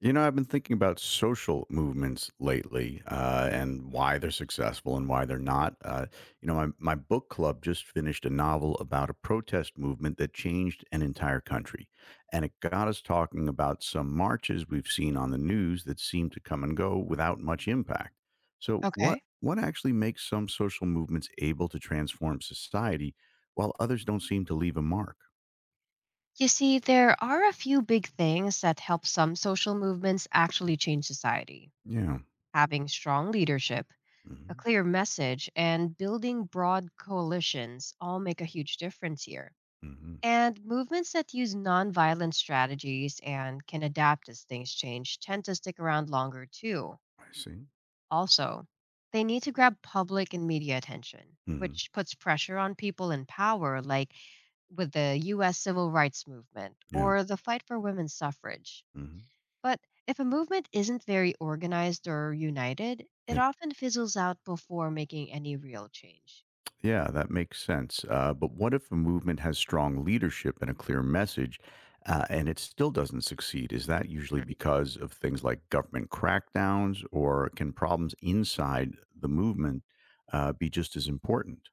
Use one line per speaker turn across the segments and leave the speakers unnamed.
I've been thinking about social movements lately and why they're successful and why they're not. My book club just finished a novel about a protest movement that changed an entire country. And it got us talking about some marches we've seen on the news that seem to come and go without much impact. So, what,
Okay.
what actually makes some social movements able to transform society while others don't seem to leave a mark?
You see, there are a few big things that help some social movements actually change society,
Yeah.
having strong leadership, a
Hmm.
clear message, and building broad coalitions all make a huge difference here.
Hmm.
And movements that use nonviolent strategies and can adapt as things change tend to stick around longer too.
I see.
Also, they need to grab public and media attention,
Hmm.
which puts pressure on people in power, like with the US civil rights movement
Yeah.
or the fight for women's suffrage.
Hmm.
But if a movement isn't very organized or united, it often fizzles out before making any real change.
Yeah, that makes sense. But what if a movement has strong leadership and a clear message, and it still doesn't succeed? Is that usually because of things like government crackdowns, or can problems inside the movement be just as important?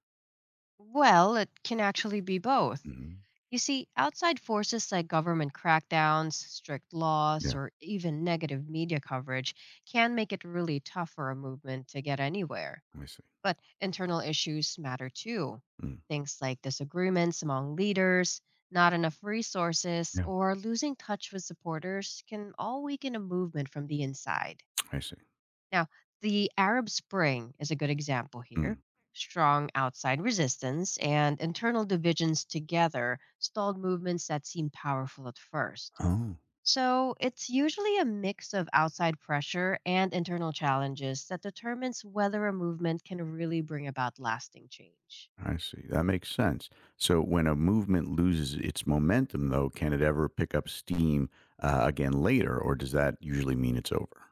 Well, it can actually be both.
Mhm.
You see, outside forces like government crackdowns, strict laws,
Yeah,
or even negative media coverage can make it really tough for a movement to get anywhere.
I see.
But internal issues matter too.
Mm.
Things like disagreements among leaders, not enough resources,
Yeah,
or losing touch with supporters can all weaken a movement from the inside.
I see.
Now, the Arab Spring is a good example here.
Mm.
Strong outside resistance and internal divisions together stalled movements that seemed powerful at first.
Oh,
So, it's usually a mix of outside pressure and internal challenges that determines whether a movement can really bring about lasting change.
I see. That makes sense. So when a movement loses its momentum, though, can it ever pick up steam again later, or does that usually mean it's over?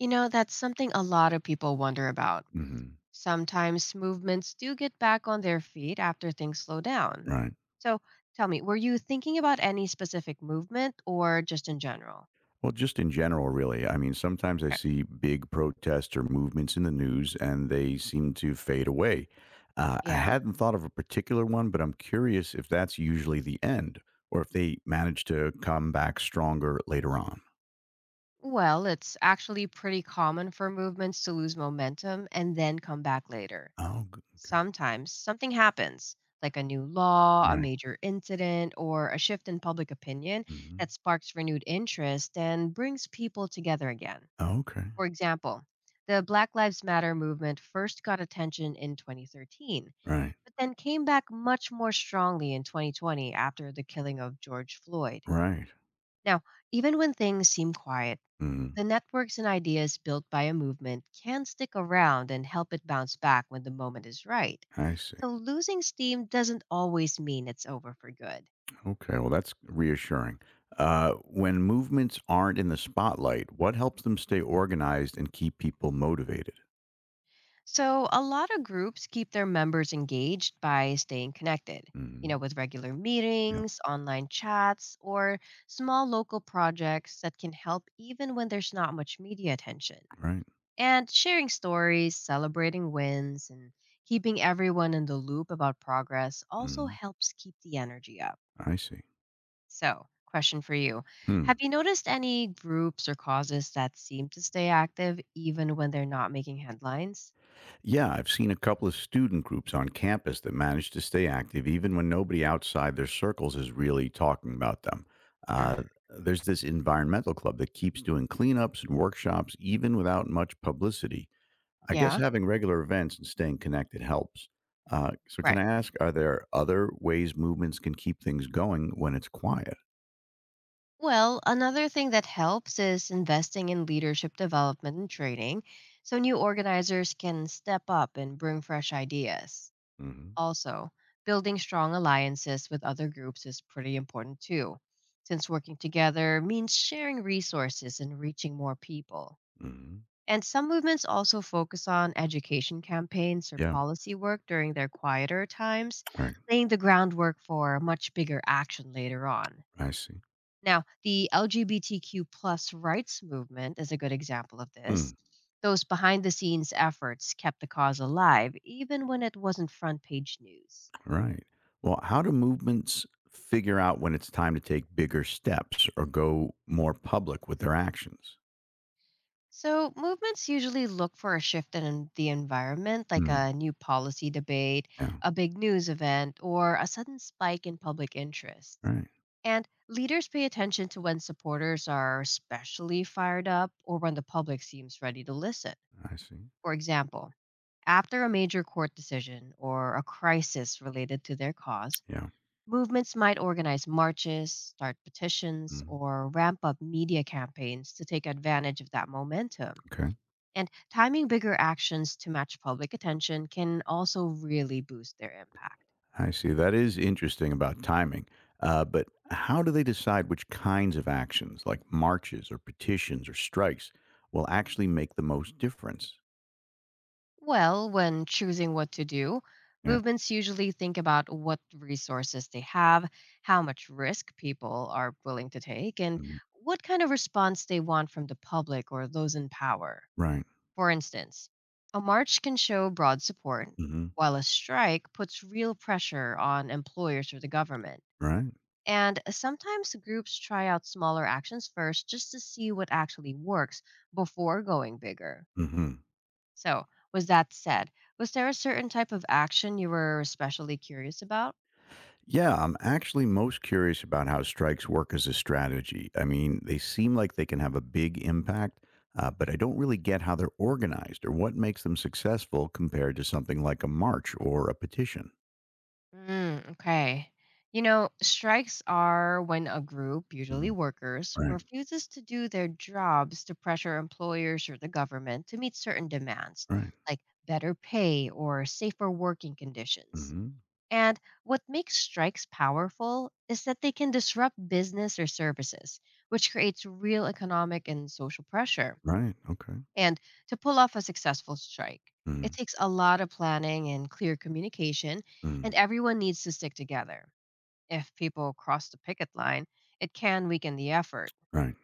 You know, that's something a lot of people wonder about.
Hmm.
Sometimes movements do get back on their feet after things slow down.
Right.
So, tell me, were you thinking about any specific movement or just in general?
Well, just in general, really. I mean, sometimes I
Okay.
see big protests or movements in the news and they seem to fade away. I
Yeah.
hadn't thought of a particular one, but I'm curious if that's usually the end or if they manage to come back stronger later on.
Well, it's actually pretty common for movements to lose momentum and then come back later.
Oh, okay.
Sometimes something happens, like a new law, a
Right.
major incident, or a shift in public opinion that
Hmm.
sparks renewed interest and brings people together again.
Okay.
For example, the Black Lives Matter movement first got attention in 2013,
Right.
but then came back much more strongly in 2020 after the killing of George Floyd.
Right.
Now, even when things seem quiet,
Mm,
the networks and ideas built by a movement can stick around and help it bounce back when the moment is right.
I see.
So, losing steam doesn't always mean it's over for good.
Okay. Well, that's reassuring. When movements aren't in the spotlight, what helps them stay organized and keep people motivated?
So, a lot of groups keep their members engaged by staying connected,
Hmm.
with regular meetings, online chats, or small local projects that can help even when there's not much media attention.
Right.
And sharing stories, celebrating wins, and keeping everyone in the loop about progress also
Mhm.
helps keep the energy up.
I see.
So, question for you.
Hmm.
Have you noticed any groups or causes that seem to stay active even when they're not making headlines?
Yeah, I've seen a couple of student groups on campus that manage to stay active even when nobody outside their circles is really talking about them. Uh,
Hmm.
there's this environmental club that keeps doing cleanups and workshops even without much publicity. I guess
Yeah,
having regular events and staying connected helps. So, can
right.
I ask, are there other ways movements can keep things going when it's quiet?
Well, another thing that helps is investing in leadership development and training so new organizers can step up and bring fresh ideas.
Hmm.
Also, building strong alliances with other groups is pretty important too, since working together means sharing resources and reaching more people.
Hmm.
And some movements also focus on education campaigns or
Yeah,
policy work during their quieter times,
right.
laying the groundwork for much bigger action later on.
I see.
Now, the LGBTQ plus rights movement is a good example of
Hmm.
this. Those behind the scenes efforts kept the cause alive, even when it wasn't front page news.
Right. Well, how do movements figure out when it's time to take bigger steps or go more public with their actions?
So, movements usually look for a shift in the environment, like
Hmm.
a new policy debate,
Yeah.
a big news event, or a sudden spike in public interest.
Right.
And leaders pay attention to when supporters are especially fired up or when the public seems ready to listen.
I see.
For example, after a major court decision or a crisis related to their cause,
Yeah.
movements might organize marches, start petitions,
Mhm.
or ramp up media campaigns to take advantage of that momentum.
Okay.
And timing bigger actions to match public attention can also really boost their impact.
I see. That is interesting about timing. But how do they decide which kinds of actions, like marches or petitions or strikes, will actually make the most difference?
Well, when choosing what to do,
Yeah.
movements usually think about what resources they have, how much risk people are willing to take, and
Mhm.
what kind of response they want from the public or those in power.
Right.
For instance, a march can show broad support,
Hmm.
while a strike puts real pressure on employers or the government.
Right.
And sometimes groups try out smaller actions first just to see what actually works before going bigger.
Hmm.
So, with that said, was there a certain type of action you were especially curious about?
Yeah, I'm actually most curious about how strikes work as a strategy. I mean, they seem like they can have a big impact, but I don't really get how they're organized or what makes them successful compared to something like a march or a petition.
Mm, okay. Strikes are when a group, usually
Mhm.
workers,
Right,
refuses to do their jobs to pressure employers or the government to meet certain demands,
right,
like better pay or safer working conditions.
mhm,
And what makes strikes powerful is that they can disrupt business or services, which creates real economic and social pressure.
right, okay,
And to pull off a successful strike, it
mm,
takes a lot of planning and clear communication, and
mm,
everyone needs to stick together. If people cross the picket line, it can weaken the effort.
right,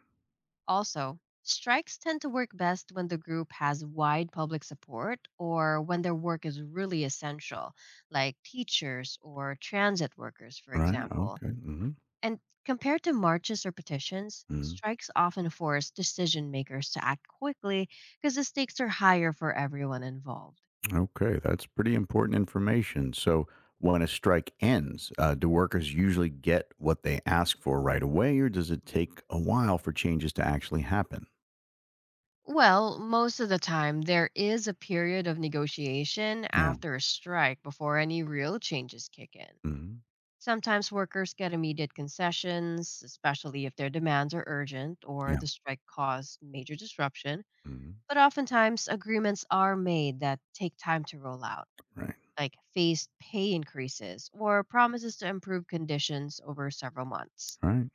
Also, strikes tend to work best when the group has wide public support or when their work is really essential, like teachers or transit workers, for
right,
example.
okay, mhm,
And compared to marches or petitions,
mhm.
strikes often force decision makers to act quickly because the stakes are higher for everyone involved.
Okay, that's pretty important information. So, when a strike ends, do workers usually get what they ask for right away, or does it take a while for changes to actually happen?
Well, most of the time, there is a period of negotiation
Yeah.
after a strike before any real changes kick in.
Hmm.
Sometimes workers get immediate concessions, especially if their demands are urgent or
Yeah.
the strike caused major disruption.
Hmm.
But oftentimes, agreements are made that take time to roll out,
Right.
like phased pay increases or promises to improve conditions over several months.
Right.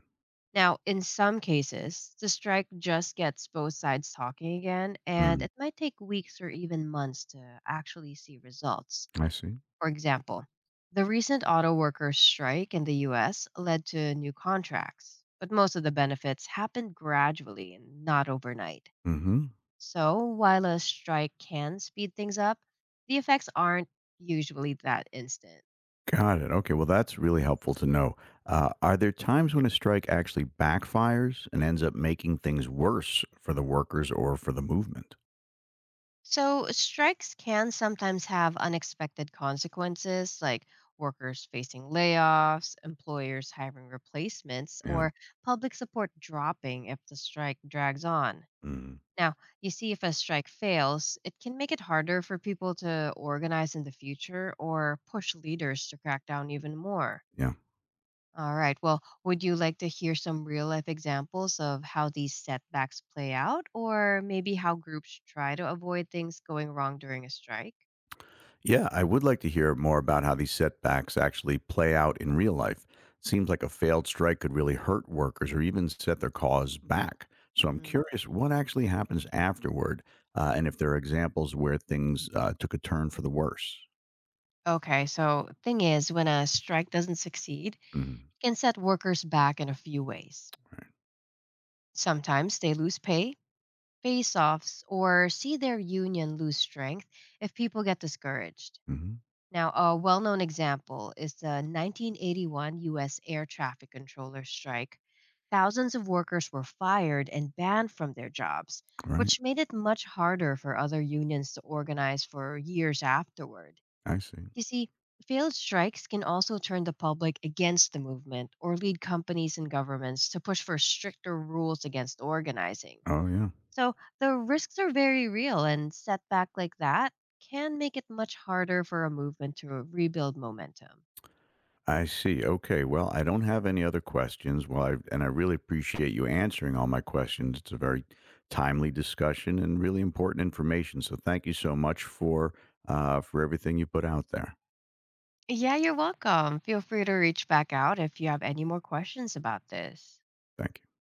Now, in some cases, the strike just gets both sides talking again, and
Mm.
it might take weeks or even months to actually see results.
I see.
For example, the recent auto workers' strike in the US led to new contracts, but most of the benefits happened gradually and not overnight.
Hmm.
So, while a strike can speed things up, the effects aren't usually that instant.
Got it. Okay. Well, that's really helpful to know. Are there times
Mhm.
when a strike actually backfires and ends up making things worse for the workers or for the movement?
So, strikes can sometimes have unexpected consequences, like workers facing layoffs, employers hiring replacements,
Yeah.
or public support dropping if the strike drags on.
Mm.
Now, you see, if a strike fails, it can make it harder for people to organize in the future or push leaders to crack down even more.
Yeah.
All right. Well, would you like to hear some real life examples of how these setbacks play out, or maybe how groups try to avoid things going wrong during a strike?
Yeah, I would like to hear more about how these setbacks actually play out in real life. Seems like a failed strike could really hurt workers or even set their cause back. So I'm
Mm,
curious what actually happens afterward and if there are examples where things took a turn for the worse.
okay, so thing is, when a strike doesn't succeed,
Mm,
it can set workers back in a few ways.
right.
Sometimes they lose pay, face offs, or see their union lose strength if people get discouraged.
Hmm.
Now, a well known example is the 1981 US air traffic controller strike. Thousands of workers were fired and banned from their jobs,
Right.
which made it much harder for other unions to organize for years afterward.
I see.
You see, failed strikes can also turn the public against the movement or lead companies and governments to push for stricter rules against organizing.
Oh, yeah.
So the risks are very real, and setback like that can make it much harder for a movement to rebuild momentum.
I see. Okay. Well, I don't have any other questions. Well, and I really appreciate you answering all my questions. It's a very timely discussion and really important information. So thank you so much for everything you put out there.
Yeah, you're welcome. Feel free to reach back out if you have any more questions about this.
Thank you.